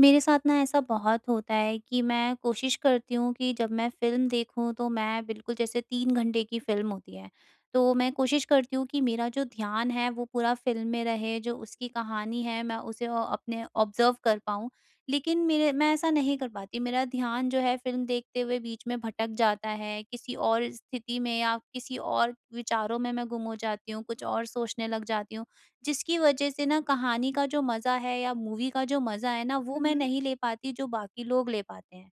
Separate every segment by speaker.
Speaker 1: मेरे साथ ना ऐसा बहुत होता है कि मैं कोशिश करती हूँ कि जब मैं फ़िल्म देखूँ तो मैं बिल्कुल जैसे 3 घंटे की फ़िल्म होती है, तो मैं कोशिश करती हूँ कि मेरा जो ध्यान है वो पूरा फ़िल्म में रहे, जो उसकी कहानी है मैं उसे अपने ऑब्ज़र्व कर पाऊँ। लेकिन मेरे मैं ऐसा नहीं कर पाती, मेरा ध्यान जो है फ़िल्म देखते हुए बीच में भटक जाता है, किसी और स्थिति में या किसी और विचारों में मैं गुम हो जाती हूँ, कुछ और सोचने लग जाती हूँ। जिसकी वजह से ना कहानी का जो मज़ा है या मूवी का जो मज़ा है ना, वो मैं
Speaker 2: उहुँ।
Speaker 1: नहीं ले पाती जो बाकी लोग ले पाते हैं।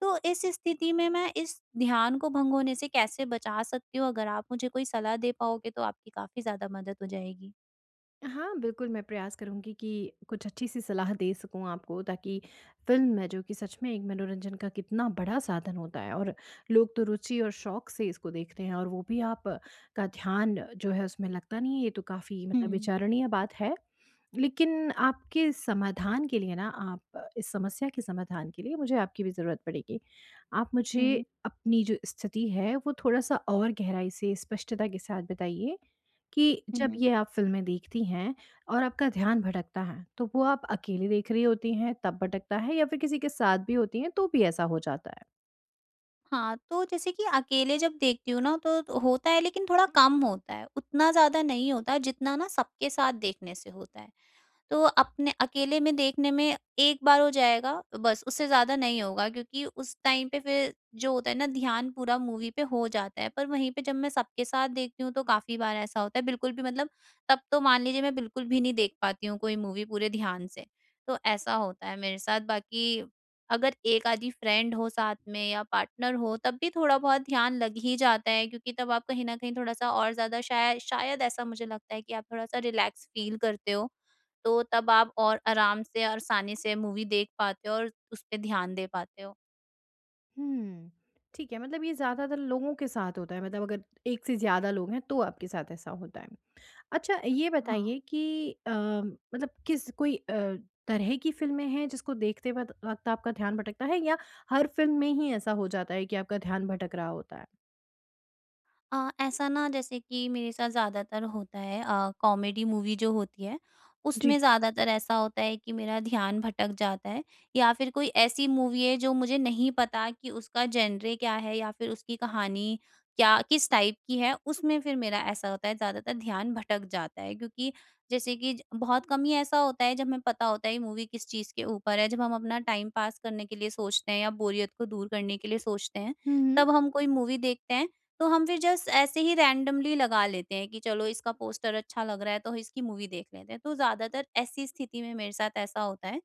Speaker 1: तो इस स्थिति में मैं इस ध्यान को भंग होने से कैसे बचा सकती हूँ? अगर आप मुझे कोई सलाह दे पाओगे तो आपकी काफ़ी ज़्यादा मदद हो जाएगी।
Speaker 2: हाँ, बिल्कुल मैं प्रयास करूँगी कि कुछ अच्छी-सी सलाह दे सकूँ आपको, ताकि फ़िल्म है जो कि सच में एक मनोरंजन का कितना बड़ा साधन होता है। और लोग तो रुचि और शौक से इसको देखते हैं, और वो भी आप का ध्यान जो है उसमें लगता नहीं है। ये तो काफ़ी मतलब
Speaker 1: हुँ,
Speaker 2: विचारणीय बात है। लेकिन आपके समाधान के लिए, ना आप इस समस्या के समाधान के लिए मुझे आपकी भी ज़रूरत पड़ेगी। आप मुझे
Speaker 1: हुँ,
Speaker 2: अपनी जो स्थिति है वो थोड़ा-सा और गहराई से स्पष्टता के साथ बताइए कि जब
Speaker 1: हुँ।
Speaker 2: ये आप फ़िल्में देखती हैं और आपका ध्यान भटकता है, तो वो आप अकेली देख रही होती हैं तब भटकता है, या फिर किसी के साथ भी होती हैं तो भी ऐसा हो जाता है?
Speaker 1: हाँ, तो जैसे कि अकेले जब देखती हूँ ना तो होता है लेकिन थोड़ा कम होता है, उतना ज़्यादा नहीं होता जितना ना सबके साथ देखने से होता है। तो अपने अकेले में देखने में एक बार हो जाएगा बस, उससे ज़्यादा नहीं होगा क्योंकि उस टाइम पे फिर जो होता है ना ध्यान पूरा मूवी पे हो जाता है। पर वहीं पे जब मैं सबके साथ देखती हूँ तो काफ़ी बार ऐसा होता है बिल्कुल भी मतलब तब तो मान लीजिए मैं बिल्कुल भी नहीं देख पाती हूँ कोई मूवी पूरे ध्यान से। तो ऐसा होता है मेरे साथ। बाकी अगर एक आधी फ्रेंड हो साथ में या पार्टनर हो तब भी थोड़ा-बहुत ध्यान लग ही जाता है, क्योंकि तब आप कहीं न कहीं थोड़ा-सा और ज़्यादा शायद ऐसा मुझे लगता है कि आप थोड़ा-सा रिलैक्स फ़ील करते हो। तो तब आप और आराम से, आसानी से मूवी देख पाते हो और उसपे ध्यान दे पाते हो।
Speaker 2: हुँ। ठीक है, मतलब ये ज़्यादातर लोगों के साथ होता है, मतलब अगर एक से ज़्यादा लोग हैं तो आपके साथ ऐसा होता है। अच्छा, ये
Speaker 1: हाँ।
Speaker 2: बताइए कि मतलब किस कोई तरह की फ़िल्में हैं जिसको देखते वक़्त वक़्त आपका ध्यान भटकता है, या हर फ़िल्म में ही ऐसा हो जाता है कि आपका ध्यान भटक रहा होता है?
Speaker 1: ऐसा ना जैसे कि मेरे साथ ज़्यादातर होता है, कॉमेडी मूवी जो होती है
Speaker 2: जी।
Speaker 1: उसमें ज़्यादातर ऐसा होता है कि मेरा ध्यान भटक जाता है। या फिर कोई ऐसी मूवी है जो मुझे नहीं पता कि उसका जेनरे क्या है या फिर उसकी कहानी क्या किस टाइप की है, उसमें फिर मेरा ऐसा होता है ज़्यादातर ध्यान भटक जाता है, क्योंकि जैसे कि बहुत कम ही ऐसा होता है जब हमें पता होता है मूवी किस चीज़ के ऊपर है। जब हम अपना टाइम पास करने के लिए सोचते हैं या बोरियत को दूर करने के लिए सोचते हैं,
Speaker 2: हुँ, हुँ।
Speaker 1: तब हम कोई मूवी देखते हैं, तो हम फिर जस्ट ऐसे ही रैंडमली लगा लेते हैं कि चलो इसका पोस्टर अच्छा लग रहा है तो इसकी मूवी देख लेते हैं। तो ज़्यादातर ऐसी स्थिति में मेरे साथ ऐसा होता है,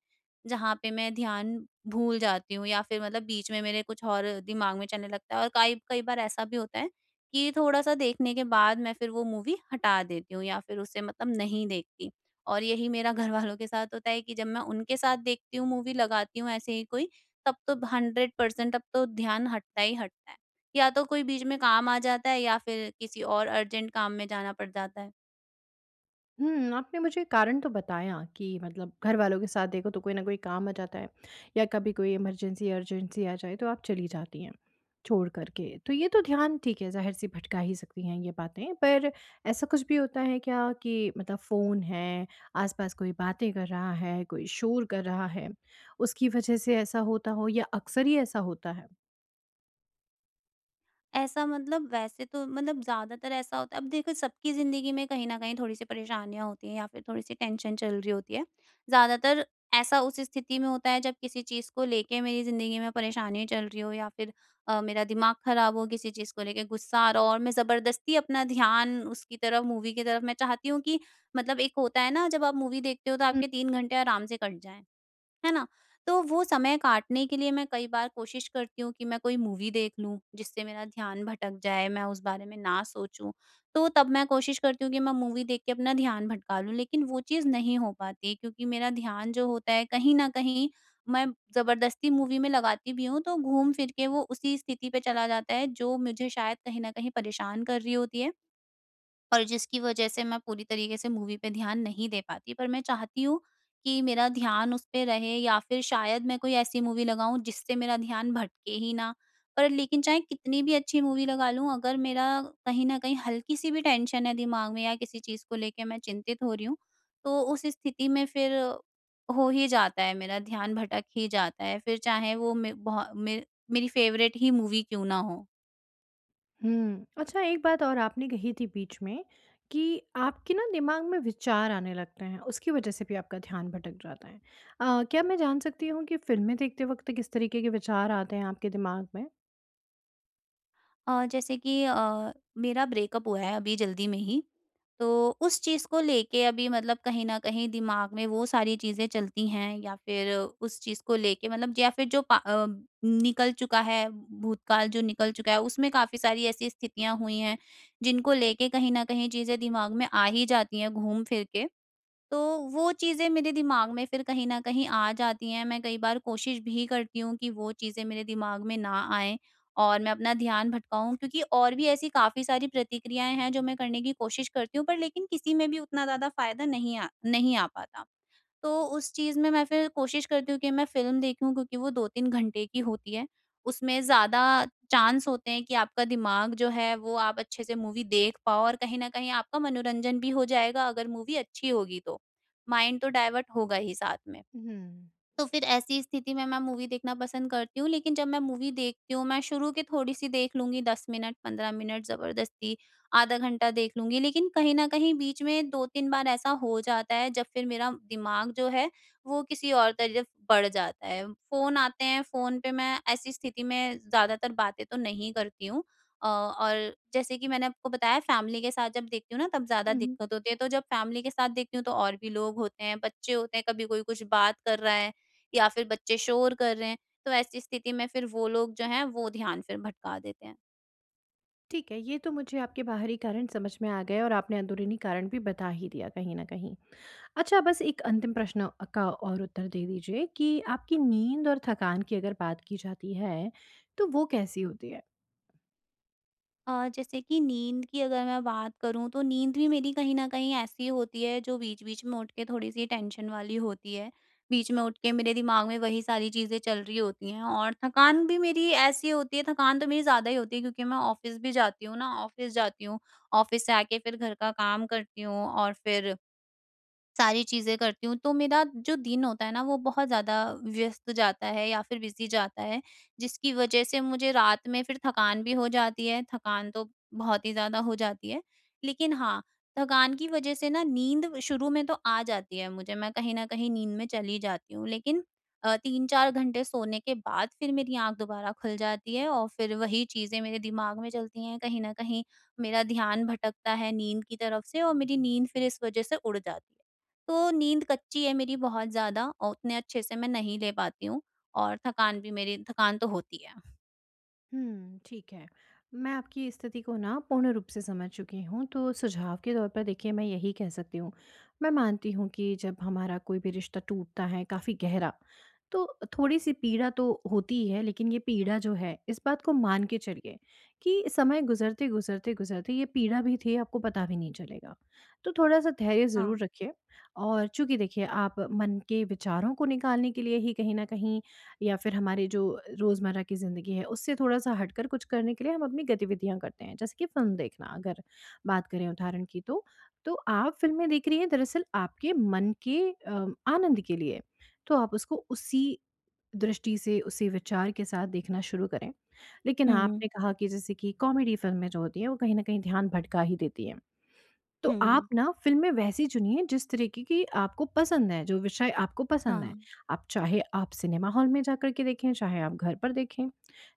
Speaker 1: जहाँ पे मैं ध्यान भूल जाती हूँ या फिर मतलब बीच में मेरे कुछ और दिमाग में चलने लगता है, और कई कई बार ऐसा भी होता है कि थोड़ा-सा देखने के बाद मैं फिर वो मूवी हटा देती हूँ या फिर उसे मतलब नहीं देखती। और यही मेरा घरवालों के साथ होता है कि जब मैं उनके साथ देखती हूँ, मूवी लगाती हूँ ऐसे ही कोई, तब तो 100% अब तो ध्यान हटता ही हटता है। या तो कोई बीच में काम आ जाता है या फिर किसी और अर्जेंट काम में जाना पड़ जाता है।
Speaker 2: हुँ, आपने मुझे कारण तो बताया कि मतलब घरवालों के साथ देखो तो कोई ना कोई काम आ जाता है, या कभी कोई इमरजेंसी अर्जेंसी आ जाए तो आप चली जाती हैं, छोड़ कर के। तो ये तो ध्यान ठीक है, ज़ाहिर-सी भटका ही सकती हैं ये बातें। पर ऐसा कुछ भी होता है क्या कि मतलब फ़ोन है, आस-पास कोई बातें कर रहा है, कोई शोर कर रहा है, उसकी वजह से ऐसा होता हो, या अक्सर ही ऐसा होता है?
Speaker 1: ऐसा मतलब वैसे तो मतलब ज़्यादातर ऐसा होता है। अब देखो सबकी ज़िंदगी में कहीं न कहीं थोड़ी-सी परेशानियाँ होती हैं या फिर थोड़ी-सी टेंशन चल रही होती है। ज़्यादातर ऐसा उस स्थिति में होता है जब किसी चीज़ को लेके मेरी ज़िंदगी में परेशानी चल रही हो या फिर मेरा दिमाग ख़राब हो, किसी चीज़ को लेके गुस्सा आ रहा हो, और मैं ज़बरदस्ती अपना ध्यान उसकी तरफ, मूवी की तरफ, मैं चाहती हूँ कि मतलब एक होता है ना जब आप मूवी देखते हो तो आपके 3 घंटे आराम से कट जाएँ। है ना? तो वो समय काटने के लिए मैं कई बार कोशिश करती हूँ कि मैं कोई मूवी देख लूँ, जिससे मेरा ध्यान भटक जाए, मैं उस बारे में ना सोचूँ। तो तब मैं कोशिश करती हूँ कि मैं मूवी देख के अपना ध्यान भटका लूँ, लेकिन वो चीज़ नहीं हो पाती, क्योंकि मेरा ध्यान जो होता है कहीं न कहीं, मैं ज़बरदस्ती मूवी में लगाती भी हूँ, तो घूम फिर के वो उसी स्थिति पे चला जाता है, जो मुझे शायद कहीं न कहीं परेशान कर रही होती है। और जिसकी वजह से मैं पूरी तरीके से मूवी पे ध्यान नहीं दे पाती। पर मैं चाहती हूँ कि मेरा ध्यान उस पे रहे या फिर शायद मैं कोई ऐसी मूवी लगाऊँ जिससे मेरा ध्यान भटके ही ना। पर लेकिन चाहे कितनी भी अच्छी मूवी लगा लूँ, अगर मेरा कहीं न कहीं हल्की-सी भी टेंशन है दिमाग में, या किसी चीज़ को लेके मैं चिंतित हो रही हूँ, तो उस स्थिति में फिर हो ही जाता है, मेरा ध्यान भटक ही जाता है। फिर चाहे वो मे बहु मे मेरी फ़ेवरेट ही मूवी क्यों ना हो।
Speaker 2: हुँ। अच्छा, एक बात और आपने कही थी बीच में कि आपके ना दिमाग में विचार आने लगते हैं, उसकी वज़ह से भी आपका ध्यान भटक जाता है। क्या मैं जान सकती हूँ कि फ़िल्में देखते वक़्त किस तरीके के विचार आते हैं आपके दिमाग में?
Speaker 1: जैसे कि मेरा ब्रेकअप हुआ है अभी जल्दी में ही, तो उस चीज़ को लेके अभी मतलब कहीं न कहीं दिमाग में वो सारी चीज़ें चलती हैं, या फिर उस चीज़ को लेके मतलब, या फिर निकल चुका है, भूतकाल जो निकल चुका है, उसमें काफ़ी सारी ऐसी स्थितियाँ हुई हैं, जिनको लेके कहीं न कहीं चीज़ें दिमाग में आ ही जाती हैं घूम फिर के। तो वो चीज़ें मेरे दिमाग में फिर कहीं न कहीं आ जाती हैं, मैं कई बार कोशिश भी करती हूँ कि वो चीज़ें मेरे दिमाग में ना आएँ और मैं अपना ध्यान भटकाऊँ, क्योंकि और भी ऐसी काफ़ी सारी प्रतिक्रियाएँ हैं जो मैं करने की कोशिश करती हूँ, पर लेकिन किसी में भी उतना ज़्यादा फ़ायदा नहीं आ पाता। तो उस चीज़ में मैं फिर कोशिश करती हूँ कि मैं फ़िल्म देखूँ, क्योंकि वो 2-3 घंटे की होती है। उसमें ज़्यादा चांस होते हैं कि आपका दिमाग जो है वो आप अच्छे से मूवी देख पाओ और कहीं न कहीं आपका मनोरंजन भी हो जाएगा अगर मूवी अच्छी होगी तो। माइंड तो डाइवर्ट होगा ही साथ में।
Speaker 2: हुँ।
Speaker 1: तो फिर ऐसी स्थिति में मैं मूवी देखना पसंद करती हूँ, लेकिन जब मैं मूवी देखती हूँ, मैं शुरू की थोड़ी-सी देख लूँगी, 10 मिनट, 15 मिनट ज़बरदस्ती, आधा घंटा देख लूँगी, लेकिन कहीं न कहीं बीच में 2-3 बार ऐसा हो जाता है जब फिर मेरा दिमाग जो है वो किसी और तरफ बढ़ जाता है। फ़ोन आते हैं, फ़ोन पे मैं ऐसी स्थिति में ज़्यादातर बातें तो नहीं करती हूँ। और जैसे कि मैंने आपको बताया, फैमिली के साथ जब देखती हूँ ना तब ज़्यादा
Speaker 2: हुँ।
Speaker 1: दिक्कत होती है, तो जब फैमिली के साथ देखती हूँ तो और भी लोग होते हैं, बच्चे होते हैं, कभी कोई कुछ बात कर रहा है, या फिर बच्चे शोर कर रहे हैं, तो ऐसी स्थिति में फिर वो लोग जो हैं वो ध्यान फिर भटका देते हैं।
Speaker 2: ठीक है, ये तो मुझे आपके बाहरी कारण समझ में आ गए और आपने अंदरूनी कारण भी बता ही दिया कहीं न कहीं। अच्छा, बस एक अंतिम प्रश्न का और उत्तर दे दीजिए कि आपकी नींद और थकान की अगर बात की जाती है, तो वो कैसी होती है?
Speaker 1: जैसे कि नींद की अगर मैं बात करूँ तो नींद भी मेरी कहीं न कहीं ऐसी होती है जो बीच-बीच में उठ के थोड़ी-सी टेंशन वाली होती है। बीच में उठ के मेरे दिमाग में वही सारी चीज़ें चल रही होती हैं, और थकान भी मेरी ऐसी होती है, थकान तो मेरी ज़्यादा ही होती है, क्योंकि मैं ऑफ़िस भी जाती हूँ ना, ऑफ़िस जाती हूँ, ऑफ़िस से आके फिर घर का काम करती हूँ और फिर सारी चीज़ें करती हूँ, तो मेरा जो दिन होता है ना वो बहुत ज़्यादा व्यस्त जाता है या फिर बिज़ी जाता है, जिसकी वज़ह से मुझे रात में फिर थकान भी हो जाती है, थकान तो बहुत ही ज़्यादा हो जाती है। लेकिन हाँ, थकान की वज़ह से ना नींद शुरू में तो आ जाती है मुझे, मैं कहीं न कहीं नींद में चली जाती हूँ, लेकिन 3-4 घंटे सोने के बाद फिर मेरी आँख दोबारा खुल जाती है और फिर वही चीज़ें मेरे दिमाग में चलती हैं, कहीं न कहीं मेरा ध्यान भटकता है नींद की तरफ से, और मेरी नींद फिर इस वज़ह से उड़ जाती है। तो नींद कच्ची है मेरी बहुत ज़्यादा, और उतने अच्छे से मैं नहीं ले पाती हूँ, और थकान भी, मेरी थकान तो होती है।
Speaker 2: हुँ, ठीक है। मैं आपकी स्थिति को ना पूर्ण रूप से समझ चुकी हूँ, तो सुझाव के तौर पर देखिए मैं यही कह सकती हूँ। मैं मानती हूँ कि जब हमारा कोई भी रिश्ता टूटता है काफ़ी गहरा, तो थोड़ी-सी पीड़ा तो होती ही है, लेकिन ये पीड़ा जो है इस बात को मान के चलिए कि समय गुज़रते, गुज़रते, गुज़रते ये पीड़ा भी थी आपको पता भी नहीं चलेगा। तो थोड़ा-सा धैर्य ज़रूर
Speaker 1: हाँ।
Speaker 2: रखिए। और चूँकि देखिए आप मन के विचारों को निकालने के लिए ही कहीं न कहीं, या फिर हमारी जो रोज़मर्रा की ज़िंदगी है उससे थोड़ा-सा हटकर कुछ करने के लिए हम अपनी गतिविधियाँ करते हैं, जैसे कि फ़िल्म देखना, अगर बात करें उदाहरण की तो। तो आप फ़िल्में देख रही हैं दरअसल आपके मन के आनंद के लिए, तो आप उसको उसी दृष्टि से, उसी विचार के साथ देखना शुरू करें। लेकिन
Speaker 1: हुँ, हुँ।
Speaker 2: आपने कहा कि जैसे कि कॉमेडी फ़िल्में जो होती हैं वो कहीं न कहीं ध्यान भटका ही देती हैं। तो आप ना फ़िल्में वैसी चुनिए जिस तरीके की आपको पसंद है, जो विषय आपको पसंद है।
Speaker 1: हाँ।
Speaker 2: आप चाहे आप सिनेमा हॉल में जाकर के देखें, चाहे आप घर पर देखें।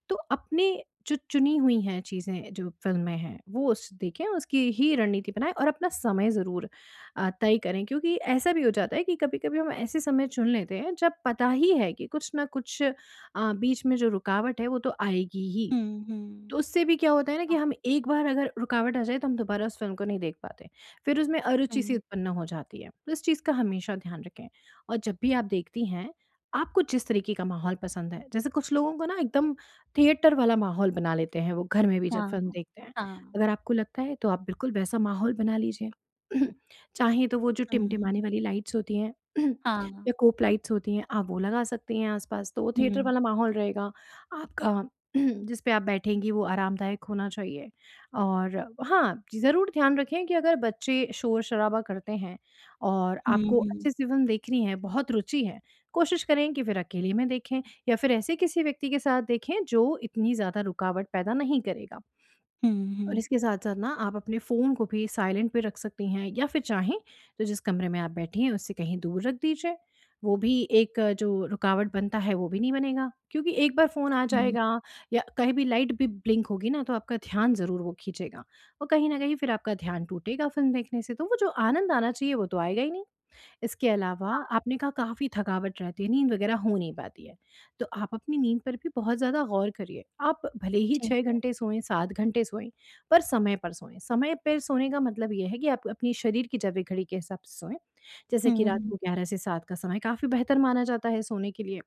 Speaker 2: तो अपने जो चुनी हुई हैं चीज़ें जो फ़िल्में हैं, वो उस देखें, उसकी ही रणनीति बनाएँ और अपना समय ज़रूर तय करें, क्योंकि ऐसा भी हो जाता है कि कभी-कभी हम ऐसे समय चुन लेते हैं जब पता ही है कि कुछ न कुछ बीच में जो रुकावट है वो तो आएगी ही।
Speaker 1: हुँ, हुँ,
Speaker 2: तो उससे भी क्या होता है ना कि हम एक बार अगर रुकावट आ जाए तो हम दोबारा उस फ़िल्म को नहीं देख पाते। फिर उसमें अरुचि सी
Speaker 1: हुँ।
Speaker 2: उत्पन्न हो जाती है। तो इस चीज़ का हमेशा ध्यान रखें। और जब भी आप देखती हैं, आपको जिस तरीके का माहौल पसंद है, जैसे कुछ लोगों को ना एकदम थिएटर वाला माहौल बना लेते हैं वो घर में भी जब
Speaker 1: हाँ,
Speaker 2: फ़िल्म देखते हैं।
Speaker 1: हाँ।
Speaker 2: अगर आपको लगता है तो आप बिल्कुल वैसा माहौल बना लीजिए। चाहे तो वो जो
Speaker 1: हुँ,
Speaker 2: टिमटिमाने
Speaker 1: हुँ।
Speaker 2: वाली लाइट्स होती हैं या
Speaker 1: हाँ।
Speaker 2: कोप लाइट्स होती हैं, आप वो लगा सकती हैं आस-पास, तो वो
Speaker 1: हुँ,
Speaker 2: थिएटर वाला माहौल रहेगा। आपका जिस पे आप बैठेंगी वो आरामदायक होना चाहिए। और हाँ, ज़रूर ध्यान रखें कि अगर बच्चे शोर-शराबा करते हैं और
Speaker 1: हुँ,
Speaker 2: आपको
Speaker 1: हुँ।
Speaker 2: अच्छी सी फ़िल्म देखनी है, बहुत रुचि है, कोशिश करें कि फिर अकेले में देखें, या फिर ऐसे किसी व्यक्ति के साथ देखें जो इतनी ज़्यादा रुकावट पैदा नहीं करेगा।
Speaker 1: हुँ,
Speaker 2: और
Speaker 1: हुँ,
Speaker 2: इसके साथ-साथ ना आप अपने फ़ोन को भी साइलेंट पे रख सकती हैं, या फिर चाहें तो जिस कमरे में आप बैठी हैं उससे कहीं दूर रख दीजिए। वो भी एक जो रुकावट बनता है वो भी नहीं बनेगा, क्योंकि एक बार फ़ोन आ
Speaker 1: हुँ।
Speaker 2: जाएगा या कहीं भी लाइट भी ब्लिंक होगी ना तो आपका ध्यान ज़रूर वो खींचेगा, और कहीं न कहीं फिर आपका ध्यान टूटेगा फ़िल्म देखने से, तो वो जो आनंद आना चाहिए वो तो आएगा ही नहीं। इसके अलावा आपने कहा काफ़ी थकावट रहती है, नींद वगैरह हो नहीं पाती है। तो आप अपनी नींद पर भी बहुत ज़्यादा गौर करिए। आप भले ही
Speaker 1: ठीक।
Speaker 2: 6 घंटे सोएँ, 7 घंटे सोएँ, पर समय पर सोएँ। समय पर सोने का मतलब ये है कि आप अपनी शरीर की जैविक घड़ी के हिसाब से सोएँ। जैसे
Speaker 1: हुँ,
Speaker 2: कि रात
Speaker 1: हुँ,
Speaker 2: को 11 से 7 का समय काफ़ी बेहतर माना जाता है सोने के लिए।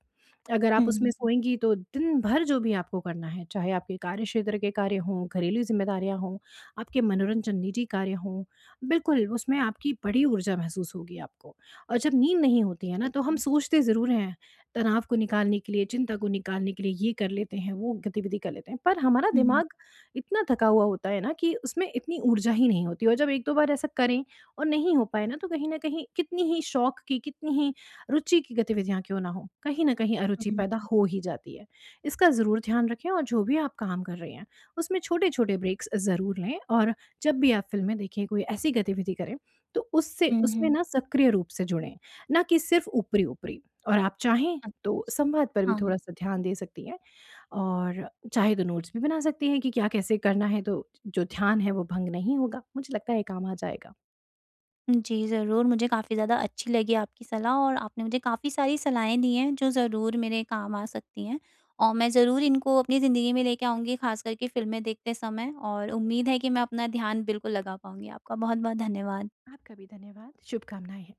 Speaker 2: अगर आप उसमें
Speaker 1: हुँ,
Speaker 2: सोएँगी तो दिन भर जो भी आपको करना है, चाहे आपके कार्यक्षेत्र के कार्य हों, घरेलू ज़िम्मेदारियाँ हों, आपके मनोरंजन, निजी कार्य हों, बिल्कुल उसमें आपकी बड़ी ऊर्जा महसूस होगी आपको। और जब नींद नहीं होती है ना,
Speaker 1: ठीक
Speaker 2: तो हम
Speaker 1: है।
Speaker 2: सोचते ज़रूर हैं, तनाव को निकालने के लिए, चिंता को निकालने के लिए ये कर लेते हैं, वो गतिविधि कर लेते हैं, पर हमारा
Speaker 1: हुँ,
Speaker 2: दिमाग इतना थका हुआ होता है ना कि उसमें इतनी ऊर्जा ही नहीं होती, और जब 1-2 बार ऐसा करें और नहीं हो पाए ना, तो कहीं न कहीं कितनी ही शौक की, कितनी ही रुचि की गतिविधियाँ क्यों ना हों, कहीं न कहीं अरुचि पैदा
Speaker 1: हुँ,
Speaker 2: हो ही जाती है। इसका ज़रूर ध्यान रखें, और जो भी आप काम कर रहे हैं, उसमें छोटे-छोटे ब्रेक्स ज़रूर लें। और जब भी आप फ़िल्में देखें, कोई ऐसी गतिविधि करें, तो उससे
Speaker 1: हुँ,
Speaker 2: उसमें
Speaker 1: हुँ।
Speaker 2: ना सक्रिय रूप से जुड़ें, ना कि सिर्फ़ ऊपरी-ऊपरी। और आप चाहें
Speaker 1: अ,
Speaker 2: तो संवाद पर भी
Speaker 1: हाँ।
Speaker 2: थोड़ा-सा ध्यान दे सकती हैं और चाहे तो नोट्स भी बना सकती हैं कि क्या कैसे करना है, तो जो ध्यान है वो भंग नहीं होगा। मुझे लगता है ये काम आ जाएगा।
Speaker 1: जी, ज़रूर, मुझे काफ़ी ज़्यादा अच्छी लगी आपकी सलाह, और आपने मुझे काफ़ी सारी सलाहें दी हैं, जो ज़रूर मेरे काम आ सकती हैं, और मैं ज़रूर इनको अपनी ज़िंदगी में लेके आऊँगी, ख़ास करके फ़िल्में देखते समय, और उम्मीद है कि मैं अपना ध्यान बिल्कुल लगा पाऊँगी। आपका बहुत-बहुत धन्यवाद।
Speaker 2: आपका भी धन्यवाद, शुभकामनाएँ हैं।